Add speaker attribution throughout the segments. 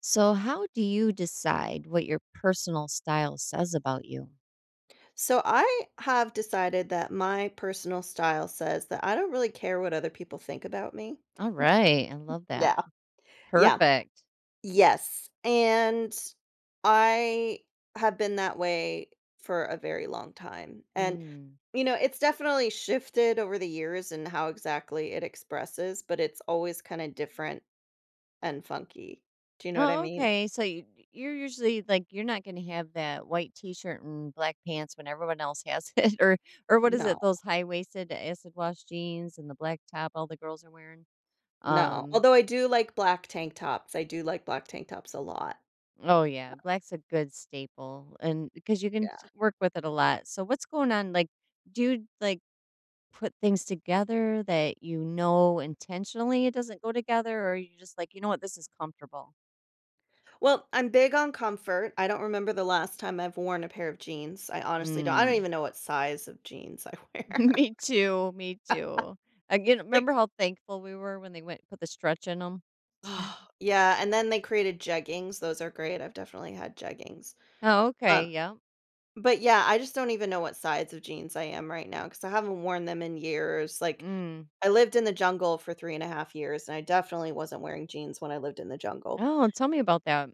Speaker 1: So, how do you decide what your personal style says about you?
Speaker 2: So I have decided that my personal style says that I don't really care what other people think about me.
Speaker 1: All right, I love that.
Speaker 2: Yeah. Yeah.
Speaker 1: Perfect.
Speaker 2: Yes. And I have been that way for a very long time. And
Speaker 1: Mm.
Speaker 2: you know, it's definitely shifted over the years and how exactly it expresses, but it's always kind of different and funky. Do you know what I
Speaker 1: Oh,
Speaker 2: mean?
Speaker 1: okay. So you're usually like you're not going to have that white T-shirt and black pants when everyone else has it, or what is
Speaker 2: No.
Speaker 1: it? Those high-waisted acid wash jeans and the black top all the girls are wearing.
Speaker 2: No.
Speaker 1: Um.
Speaker 2: Although I do like black tank tops. I do like black tank tops a lot.
Speaker 1: Oh yeah, black's a good staple, and because you can
Speaker 2: Yeah.
Speaker 1: work with it a lot. So what's going on? Like, do you like? Put things together that you know intentionally it doesn't go together, or you're just like, you know what, this is comfortable?
Speaker 2: Well, I'm big on comfort. I don't remember the last time I've worn a pair of jeans. I honestly don't. I don't
Speaker 1: Mm.
Speaker 2: even know what size of jeans I wear.
Speaker 1: Me too. Again,
Speaker 2: like,
Speaker 1: remember how thankful we were when they went put the stretch in them?
Speaker 2: oh, yeah. And then they created jeggings. Those are great. I've definitely had jeggings.
Speaker 1: Oh,
Speaker 2: Um,
Speaker 1: okay. Yep.
Speaker 2: but yeah, I just don't even know what size of jeans I am right now because I haven't worn them in years. Like,
Speaker 1: Mm.
Speaker 2: I lived in the jungle for 3.5 years, and I definitely wasn't wearing jeans when I lived in the jungle.
Speaker 1: Oh, tell me about that.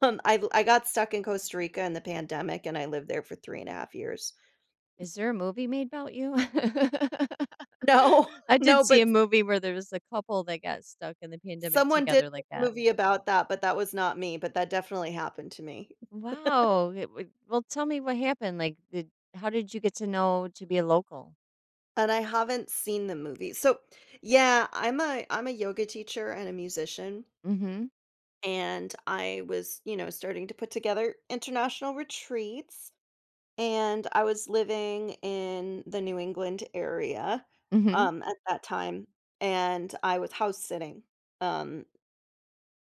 Speaker 2: I got stuck in Costa Rica in the pandemic, and I lived there for 3.5 years.
Speaker 1: Is there a movie made about you?
Speaker 2: No,
Speaker 1: I did
Speaker 2: no,
Speaker 1: see
Speaker 2: but
Speaker 1: a movie where there was a couple that got stuck in the pandemic
Speaker 2: someone did
Speaker 1: together
Speaker 2: make
Speaker 1: like
Speaker 2: a
Speaker 1: that.
Speaker 2: movie about that, but that was not me, but that definitely happened to me,
Speaker 1: Wow. It would well, tell me what happened. Like, did how did you get to know to be a local?
Speaker 2: and I haven't seen the movie. So, yeah, I'm a yoga teacher and a musician,
Speaker 1: Mhm.
Speaker 2: and I was, starting to put together international retreats, and I was living in the New England area,
Speaker 1: Mhm.
Speaker 2: at that time, and I was house sitting, um,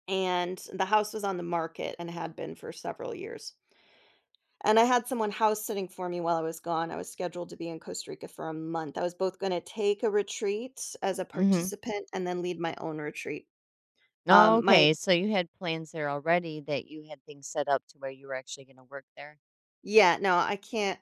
Speaker 2: and the house was on the market and had been for several years. And I had someone house sitting for me while I was gone. I was scheduled to be in Costa Rica for a month. I was both going to take a retreat as a
Speaker 1: Mhm.
Speaker 2: participant and then lead my own retreat.
Speaker 1: Oh,
Speaker 2: My
Speaker 1: okay. So you had plans there already that you had things set up to where you were actually going to work there.
Speaker 2: Yeah, no, I can't.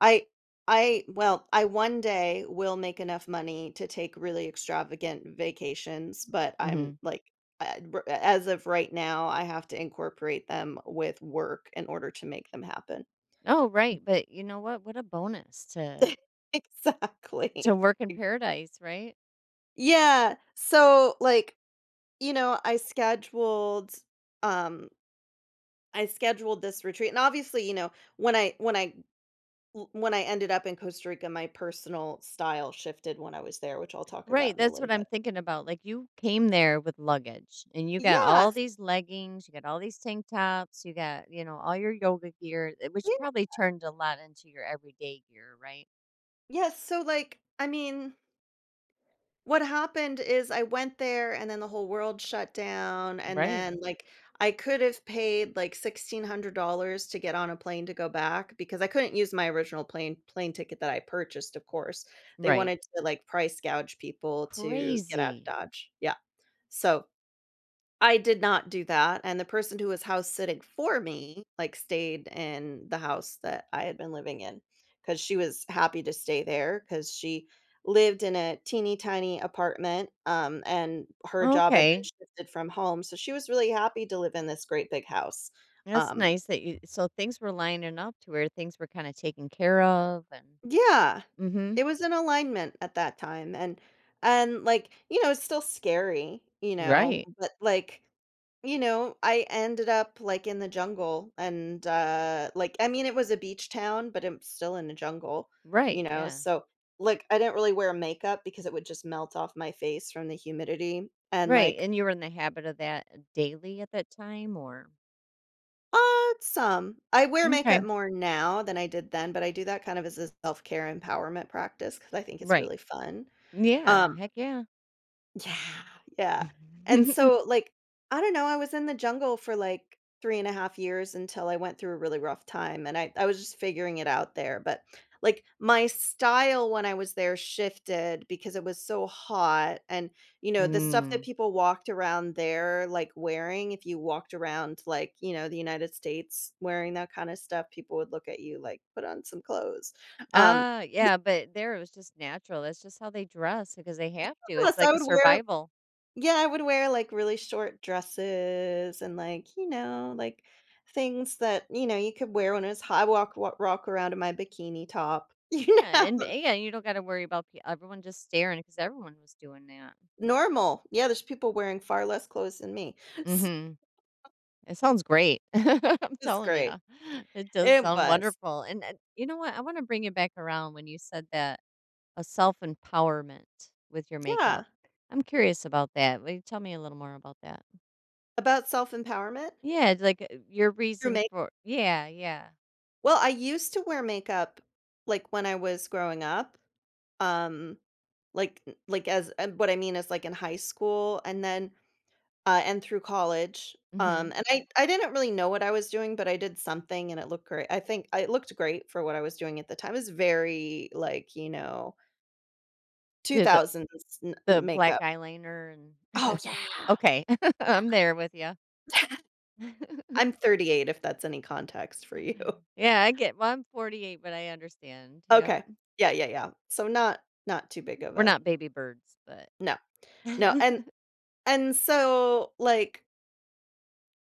Speaker 2: I I well, I one day will make enough money to take really extravagant vacations, but I'm
Speaker 1: Mhm.
Speaker 2: like as of right now, I have to incorporate them with work in order to make them happen.
Speaker 1: Oh, right. But you know what? What a bonus
Speaker 2: Exactly.
Speaker 1: to work in paradise, right?
Speaker 2: Yeah. So like, you know, um I scheduled this retreat and obviously, you know, when I when I when I ended up in Costa Rica, my personal style shifted when I was there, which I'll talk about
Speaker 1: Right.
Speaker 2: in a
Speaker 1: That's
Speaker 2: little
Speaker 1: what
Speaker 2: bit.
Speaker 1: I'm thinking about. Like you came there with luggage and you got all
Speaker 2: Yes.
Speaker 1: these leggings, you got all these tank tops, you got, you know, all your yoga gear, eh, which
Speaker 2: Yeah.
Speaker 1: probably turned a lot into your everyday gear, right?
Speaker 2: Yes, so like I mean, what happened is I went there and then the whole world shut down, and
Speaker 1: Right.
Speaker 2: then, like, I could have paid, like, $1,600 to get on a plane to go back because I couldn't use my original plane ticket that I purchased, of course. They
Speaker 1: Right.
Speaker 2: wanted to, like, price gouge people to get out of
Speaker 1: Crazy.
Speaker 2: Dodge. Yeah. So I did not do that, and the person who was house sitting for me, like, stayed in the house that I had been living in, because she was happy to stay there because she lived in a teeny tiny apartment, and her job had been
Speaker 1: Okay.
Speaker 2: shifted from home, so she was really happy to live in this great big house.
Speaker 1: That's
Speaker 2: um,
Speaker 1: nice that you so things were lining up to where things were kind of taken care of and
Speaker 2: Yeah.
Speaker 1: mhm.
Speaker 2: It was an alignment at that time, and like, you know, it's still scary, you know,
Speaker 1: Right.
Speaker 2: but, like, you know, I ended up, like, in the jungle and, like I mean, it was a beach town, but I'm still in the jungle, you
Speaker 1: Right.
Speaker 2: know,
Speaker 1: Yeah.
Speaker 2: so, like, I didn't really wear makeup because it would just melt off my face from the humidity, and,
Speaker 1: Right.
Speaker 2: like,
Speaker 1: And you were in the habit of that daily at that time or
Speaker 2: some. I wear makeup
Speaker 1: okay.
Speaker 2: more now than I did then, but I do that kind of as a self-care empowerment practice because I think it's
Speaker 1: Right.
Speaker 2: really fun.
Speaker 1: Yeah,
Speaker 2: um
Speaker 1: heck yeah.
Speaker 2: Yeah, yeah, and so, like, I don't know, I was in the jungle for, like, 3.5 years until I went through a really rough time, and I was just figuring it out there, but, like, my style when I was there shifted because it was so hot, and, you know, the stuff that
Speaker 1: mm.
Speaker 2: people walked around there, like, wearing, if you walked around, like, you know, the United States wearing that kinda stuff, people would look at you like, "Put on some clothes." Um,
Speaker 1: Ah, yeah, but there it was just natural. That's just how they dress because they have to. It's
Speaker 2: Plus, I
Speaker 1: like a
Speaker 2: would wear
Speaker 1: survival.
Speaker 2: yeah, I would wear, like, really short dresses and, like, you know, like, things that, you know, you could wear when it's hot. I walk around in my bikini top, you
Speaker 1: Yeah,
Speaker 2: know?
Speaker 1: and yeah, you don't got to worry about pe- everyone just staring because everyone was doing that.
Speaker 2: Normal. Yeah, there's people wearing far less clothes than me.
Speaker 1: Mhm. It sounds great. I'm
Speaker 2: So it's
Speaker 1: telling you.
Speaker 2: great.
Speaker 1: It does
Speaker 2: It
Speaker 1: sound
Speaker 2: was.
Speaker 1: wonderful. And you know what? I want to bring it back around when you said that a self empowerment with your
Speaker 2: Yeah.
Speaker 1: makeup. I'm curious about that. Will you tell me a little more about that?
Speaker 2: About self-empowerment
Speaker 1: Yeah, like your
Speaker 2: through
Speaker 1: reason
Speaker 2: make
Speaker 1: for. Yeah, yeah.
Speaker 2: well, I used to wear makeup, like, when I was growing up, um, like, as and what I mean is, like, in high school, and then and through college,
Speaker 1: Mm-hmm.
Speaker 2: and I didn't really know what I was doing, but I did something and it looked great. I think it looked great for what I was doing at the time. It was very like, you know,
Speaker 1: Do The,
Speaker 2: 2000s n
Speaker 1: the black
Speaker 2: makeup.
Speaker 1: eyeliner and.
Speaker 2: Oh, yeah.
Speaker 1: Okay,
Speaker 2: Yeah.
Speaker 1: I'm there with you.
Speaker 2: I'm 38 if that's any context for you.
Speaker 1: yeah, I get. Well, I'm 48, but I understand. Yep.
Speaker 2: Okay. Yeah, yeah, yeah. So not not too big of
Speaker 1: We're
Speaker 2: a
Speaker 1: not baby birds, but.
Speaker 2: no. No, and and so, like,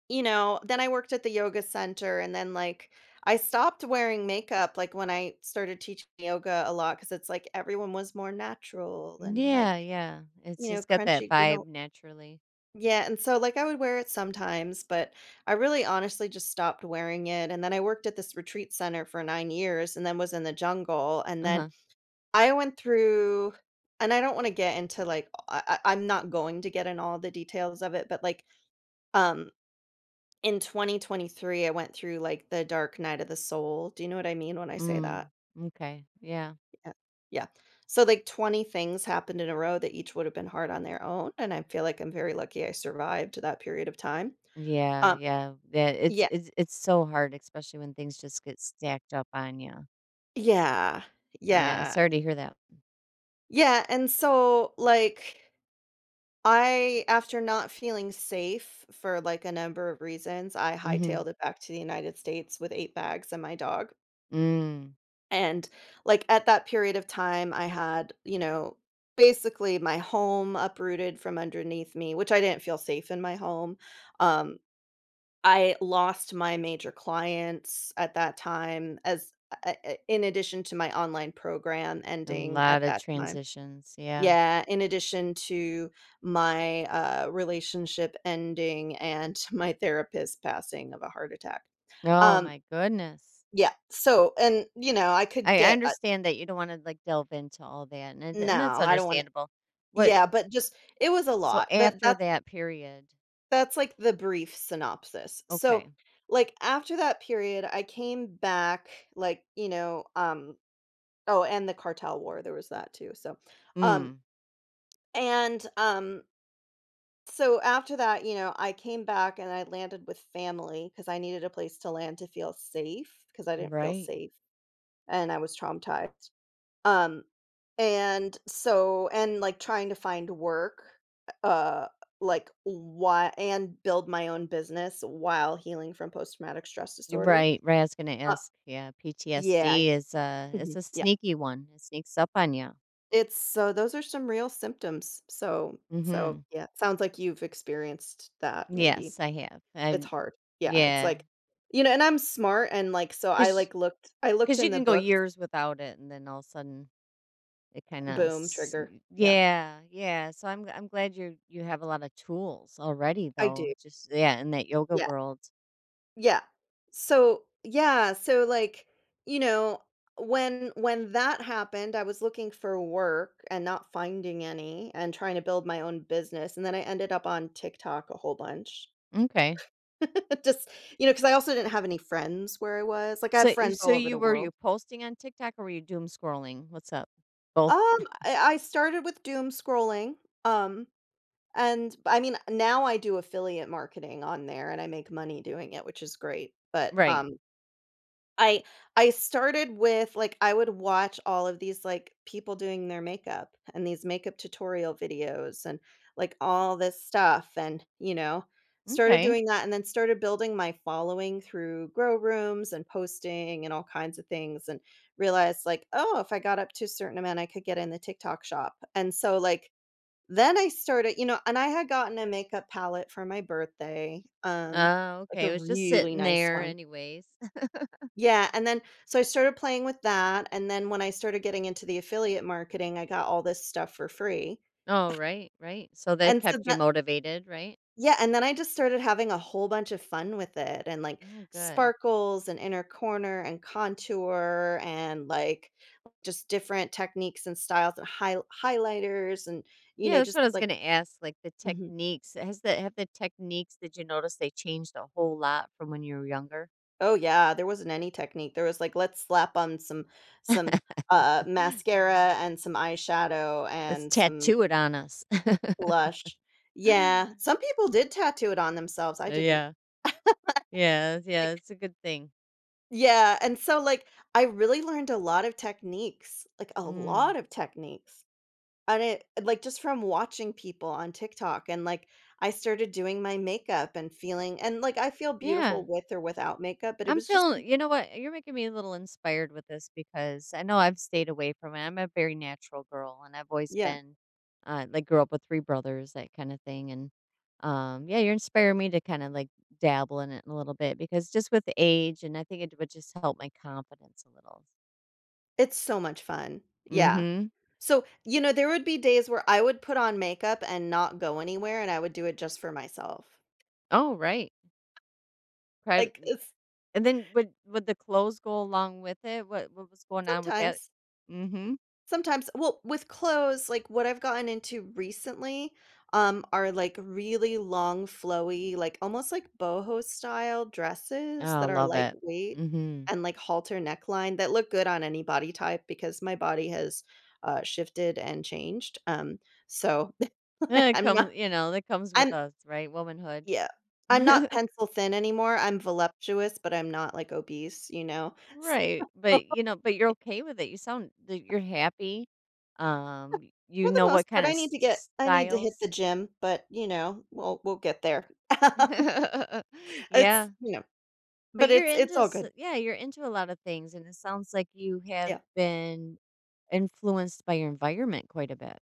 Speaker 2: you know, then I worked at the yoga center and then, like, I stopped wearing makeup, like, when I started teaching yoga a lot, because it's like everyone was more natural and, like,
Speaker 1: Yeah, yeah. It's
Speaker 2: you know,
Speaker 1: just got that
Speaker 2: crunchy
Speaker 1: vibe
Speaker 2: granola.
Speaker 1: naturally.
Speaker 2: Yeah, and so, like, I would wear it sometimes, but I really honestly just stopped wearing it, and then I worked at this retreat center for 9 years and then was in the jungle, and then
Speaker 1: Uh-huh.
Speaker 2: I went through and I don't wanna get into, like, I'm not going to get in all the details of it, but, like, um, in 2023, I went through, like, the dark night of the soul. Do you know what I mean when I say that?
Speaker 1: Mm, okay. Yeah.
Speaker 2: Yeah. Yeah. So, like, 20 things happened in a row that each would have been hard on their own, and I feel like I'm very lucky I survived that period of time.
Speaker 1: Yeah,
Speaker 2: Um
Speaker 1: yeah. Yeah, it's
Speaker 2: Yeah.
Speaker 1: it's it's so hard, especially when things just get stacked up on you.
Speaker 2: Yeah.
Speaker 1: Yeah,
Speaker 2: Yeah.
Speaker 1: sorry to hear that.
Speaker 2: Yeah, and so, like, I after not feeling safe for, like, a number of reasons, I
Speaker 1: Mhm.
Speaker 2: hightailed it back to the United States with 8 bags and my dog.
Speaker 1: Mm.
Speaker 2: And, like, at that period of time, I had, you know, basically my home uprooted from underneath me, which I didn't feel safe in my home. Um, I lost my major clients at that time as a in addition to my online program
Speaker 1: A
Speaker 2: ending at
Speaker 1: lot of
Speaker 2: that time.
Speaker 1: transitions. Yeah.
Speaker 2: Yeah, in addition to my, relationship ending and my therapist passing of a heart attack.
Speaker 1: Oh
Speaker 2: Um,
Speaker 1: my goodness.
Speaker 2: yeah, so and, you know, I could
Speaker 1: I
Speaker 2: get a
Speaker 1: understand that you don't want to like delve into all that and it-
Speaker 2: no,
Speaker 1: and that's
Speaker 2: I don't wanna
Speaker 1: understandable. What
Speaker 2: yeah, but just it was a
Speaker 1: so
Speaker 2: lot.
Speaker 1: after
Speaker 2: That's
Speaker 1: that period.
Speaker 2: that's like the brief synopsis. So,
Speaker 1: Okay.
Speaker 2: like after that period, I came back like, you know, oh, and the cartel war, there was that too. So, um
Speaker 1: Mm.
Speaker 2: and so after that, you know, I came back and I landed with family because I needed a place to land to feel safe because I didn't feel
Speaker 1: Right.
Speaker 2: safe and I was traumatized. Um, and so and, like, trying to find work, uh, like, why and build my own business while healing from post-traumatic stress disorder.
Speaker 1: Right, right, I was gonna
Speaker 2: Uh
Speaker 1: ask, yeah,
Speaker 2: Yeah.
Speaker 1: PTSD is a is
Speaker 2: Mhm.
Speaker 1: a
Speaker 2: Yeah.
Speaker 1: sneaky one, it sneaks up on you.
Speaker 2: It's so those are some real symptoms. So so,
Speaker 1: Mhm.
Speaker 2: yeah, it sounds like you've experienced that maybe.
Speaker 1: Yes, I have,
Speaker 2: It's
Speaker 1: I'm
Speaker 2: hard. Yeah, it's
Speaker 1: yeah,
Speaker 2: like you know, and I'm smart and, like, so I,
Speaker 1: cause
Speaker 2: like, looked I looked
Speaker 1: cause you
Speaker 2: in the
Speaker 1: can go
Speaker 2: books.
Speaker 1: years without it, and then all of a sudden, it kinda
Speaker 2: Boom, trigger. Yeah,
Speaker 1: yeah, yeah, so I'm glad you have a lot of tools already,
Speaker 2: I
Speaker 1: though,
Speaker 2: do.
Speaker 1: just yeah, in that yoga
Speaker 2: Yeah.
Speaker 1: world.
Speaker 2: Yeah. So, yeah, so, like, you know, when that happened, I was looking for work and not finding any and trying to build my own business, and then I ended up on TikTok a whole bunch.
Speaker 1: Okay.
Speaker 2: Just you know, because I also didn't have any friends where I was, like, I
Speaker 1: So
Speaker 2: have
Speaker 1: you
Speaker 2: friends
Speaker 1: so
Speaker 2: all over the
Speaker 1: you were you
Speaker 2: world.
Speaker 1: posting on TikTok, or were you doom scrolling? What's up? Both?
Speaker 2: Um, I started with doom scrolling, um, and I mean, now I do affiliate marketing on there, and I make money doing it, which is great, but,
Speaker 1: Right.
Speaker 2: I I started with, like, I would watch all of these, like, people doing their makeup and these makeup tutorial videos and, like, all this stuff and, you know, started
Speaker 1: Okay.
Speaker 2: doing that and then started building my following through grow rooms and posting and all kinds of things and realized, like, "Oh, if I got up to a certain amount, I could get in the TikTok shop." And so, like, then I started you know, and I had gotten a makeup palette for my birthday,
Speaker 1: Oh,
Speaker 2: like
Speaker 1: okay,
Speaker 2: a
Speaker 1: it was just
Speaker 2: really
Speaker 1: sitting
Speaker 2: nice
Speaker 1: there
Speaker 2: one.
Speaker 1: anyways.
Speaker 2: Yeah, and then so I started playing with that, and then when I started getting into the affiliate marketing, I got all this stuff for free.
Speaker 1: Oh, right, right. So that
Speaker 2: And so
Speaker 1: kept you
Speaker 2: that
Speaker 1: motivated, right?
Speaker 2: Yeah, and then I just started having a whole bunch of fun with it and like
Speaker 1: Oh, good.
Speaker 2: sparkles and inner corner and contour and like just different techniques and styles and highlighters and you
Speaker 1: Yeah,
Speaker 2: know
Speaker 1: that's
Speaker 2: just
Speaker 1: what I was
Speaker 2: like
Speaker 1: gonna ask, like, the
Speaker 2: mhm.
Speaker 1: techniques. Has the have the techniques did you notice they changed a whole lot from when you were younger?
Speaker 2: Oh yeah, there wasn't any technique. There was like let's slap on some some mascara and some eyeshadow
Speaker 1: Let's
Speaker 2: and some
Speaker 1: tattoo it on us.
Speaker 2: blush. Yeah, some people did tattoo it on themselves, I didn't.
Speaker 1: Yeah. Yeah, yeah,
Speaker 2: Like
Speaker 1: it's a good thing.
Speaker 2: yeah, and so, like, I really learned a lot of techniques, like, a
Speaker 1: Mm.
Speaker 2: lot of techniques, and it like, just from watching people on TikTok, and, like, I started doing my makeup and feeling and, like, I feel
Speaker 1: Yeah.
Speaker 2: beautiful with or without makeup, but it
Speaker 1: I'm
Speaker 2: was just
Speaker 1: feeling, you know what? You're making me a little inspired with this because I know I've stayed away from it. I'm a very natural girl and I've always
Speaker 2: yeah,
Speaker 1: been like grew up with three brothers, that kind of thing. And yeah, you're inspiring me to kind of like dabble in it a little bit because just with age and I think it would just help my confidence a little.
Speaker 2: it's so much fun. Yeah.
Speaker 1: Mhm.
Speaker 2: So, you know, there would be days where I would put on makeup and not go anywhere, and I would do it just for myself.
Speaker 1: Oh, right. Private
Speaker 2: Like,
Speaker 1: y-
Speaker 2: it's
Speaker 1: and then would the clothes go along with it? What was going on with that?
Speaker 2: sometimes.
Speaker 1: Mhm.
Speaker 2: Sometimes well, with clothes, like, what I've gotten into recently, are, like, really long, flowy, like, almost like boho style dresses
Speaker 1: Oh,
Speaker 2: that are
Speaker 1: love it.
Speaker 2: lightweight
Speaker 1: Mhm.
Speaker 2: and, like, halter neckline that look good on any body type because my body has, shifted and changed, so
Speaker 1: Eh, it
Speaker 2: I'm not
Speaker 1: comes you know, that comes with
Speaker 2: I'm
Speaker 1: us, right? Womanhood.
Speaker 2: yeah. I'm not pencil thin anymore, I'm voluptuous, but I'm not, like, obese, you know?
Speaker 1: Right, but, you know but you're okay with it. You sound that you're happy. You
Speaker 2: For the
Speaker 1: know
Speaker 2: most
Speaker 1: what
Speaker 2: part,
Speaker 1: kinda s
Speaker 2: I need to hit the
Speaker 1: styles.
Speaker 2: gym, but, you know, we'll get there. Um, it's
Speaker 1: Yeah,
Speaker 2: you know,
Speaker 1: but
Speaker 2: but
Speaker 1: you're into
Speaker 2: it's all
Speaker 1: s
Speaker 2: good.
Speaker 1: yeah, you're into a lot of things, and it sounds like you have
Speaker 2: Yeah.
Speaker 1: been influenced by your environment quite a bit.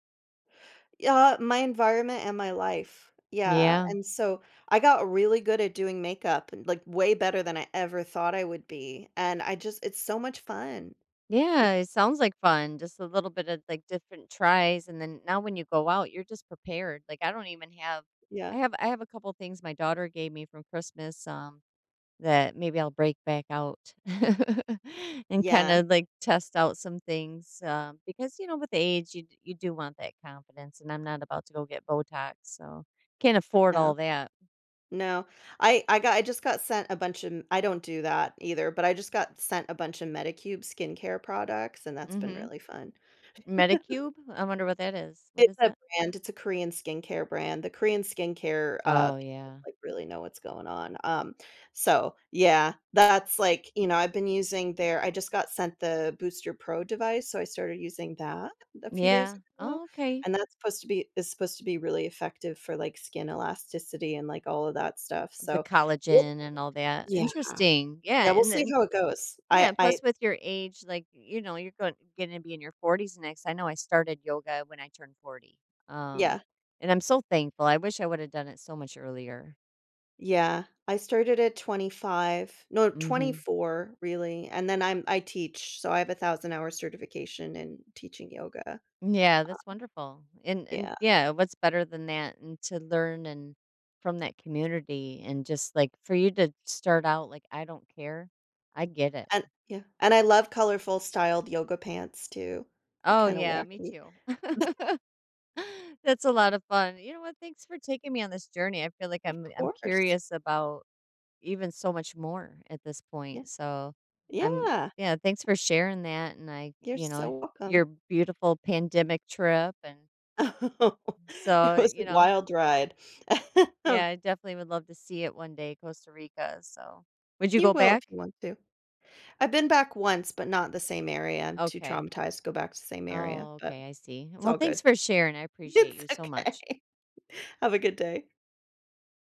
Speaker 2: Yeah, my environment and my life. Yeah,
Speaker 1: Yeah.
Speaker 2: and so I got really good at doing makeup and, like, way better than I ever thought I would be, and I just it's so much fun. Y
Speaker 1: Yeah, it sounds like fun. Just a little bit of like different tries and then now when you go out, you're just prepared. Like I don't even have
Speaker 2: Yeah.
Speaker 1: I have a couple things my daughter gave me from Christmas that maybe I'll break back out and kind
Speaker 2: Yeah.
Speaker 1: of like test out some things because you know with age you d- you do want that confidence and I'm not about to go get Botox, so can't afford
Speaker 2: No.
Speaker 1: all that.
Speaker 2: No. I just got sent a bunch of I don't do that either, but I just got sent a bunch of Medicube skincare products, and that's been
Speaker 1: Mhm.
Speaker 2: really fun.
Speaker 1: Medicube? I wonder what that is. What
Speaker 2: It's
Speaker 1: is
Speaker 2: a
Speaker 1: that?
Speaker 2: brand, it's a Korean skincare brand. The Korean skincare,
Speaker 1: Oh
Speaker 2: people,
Speaker 1: yeah.
Speaker 2: like, really know what's going on, so, yeah, that's, like, you know, I've been using their I just got sent the Booster Pro device, so I started using that a few days
Speaker 1: Yeah.
Speaker 2: ago,
Speaker 1: Oh, okay.
Speaker 2: and that's supposed to be is supposed to be really effective for, like, skin elasticity and, like, all of that stuff,
Speaker 1: The
Speaker 2: so we'll
Speaker 1: collagen and all that.
Speaker 2: yeah,
Speaker 1: Interesting. Yeah,
Speaker 2: yeah, we'll
Speaker 1: and
Speaker 2: see
Speaker 1: then
Speaker 2: how it goes.
Speaker 1: yeah,
Speaker 2: I
Speaker 1: plus with your age, like, you know, you're going gonna be in your 40s next. I know I started yoga when I turned 40. Um,
Speaker 2: Yeah.
Speaker 1: and I'm so thankful. I wish I would have done it so much earlier.
Speaker 2: Yeah, I started at 25 no,
Speaker 1: Mhm.
Speaker 2: 24 really, and then I teach, so I have a 1,000 hour certification in teaching yoga.
Speaker 1: Yeah, that's wonderful. And
Speaker 2: Yeah,
Speaker 1: yeah, what's better than that and to learn and from that community and just like for you to start out like I don't care. I get it.
Speaker 2: and I love colorful styled yoga pants too. They're
Speaker 1: Oh
Speaker 2: kinda
Speaker 1: yeah, me
Speaker 2: wacky.
Speaker 1: too. That's a lot of fun. You know what? Thanks for taking me on this journey. I feel like
Speaker 2: Of
Speaker 1: I'm
Speaker 2: course.
Speaker 1: curious about even so much more at this
Speaker 2: Yeah.
Speaker 1: point. So I'm
Speaker 2: Yeah,
Speaker 1: yeah, thanks for sharing that and I,
Speaker 2: you're
Speaker 1: you
Speaker 2: so
Speaker 1: know,
Speaker 2: welcome.
Speaker 1: your beautiful pandemic trip and
Speaker 2: It
Speaker 1: so,
Speaker 2: was a
Speaker 1: you know,
Speaker 2: wild ride.
Speaker 1: yeah, I definitely would love to see it one day, Costa Rica. So would you
Speaker 2: You
Speaker 1: go
Speaker 2: will
Speaker 1: back?
Speaker 2: if you want to. I've been back once, but not the same area. I'm too
Speaker 1: Okay.
Speaker 2: traumatized to go back to the same area,
Speaker 1: Oh,
Speaker 2: but
Speaker 1: okay, I see.
Speaker 2: it's
Speaker 1: Well,
Speaker 2: all
Speaker 1: thanks
Speaker 2: good.
Speaker 1: for sharing. I appreciate
Speaker 2: It's
Speaker 1: you so much.
Speaker 2: okay. Have a good day.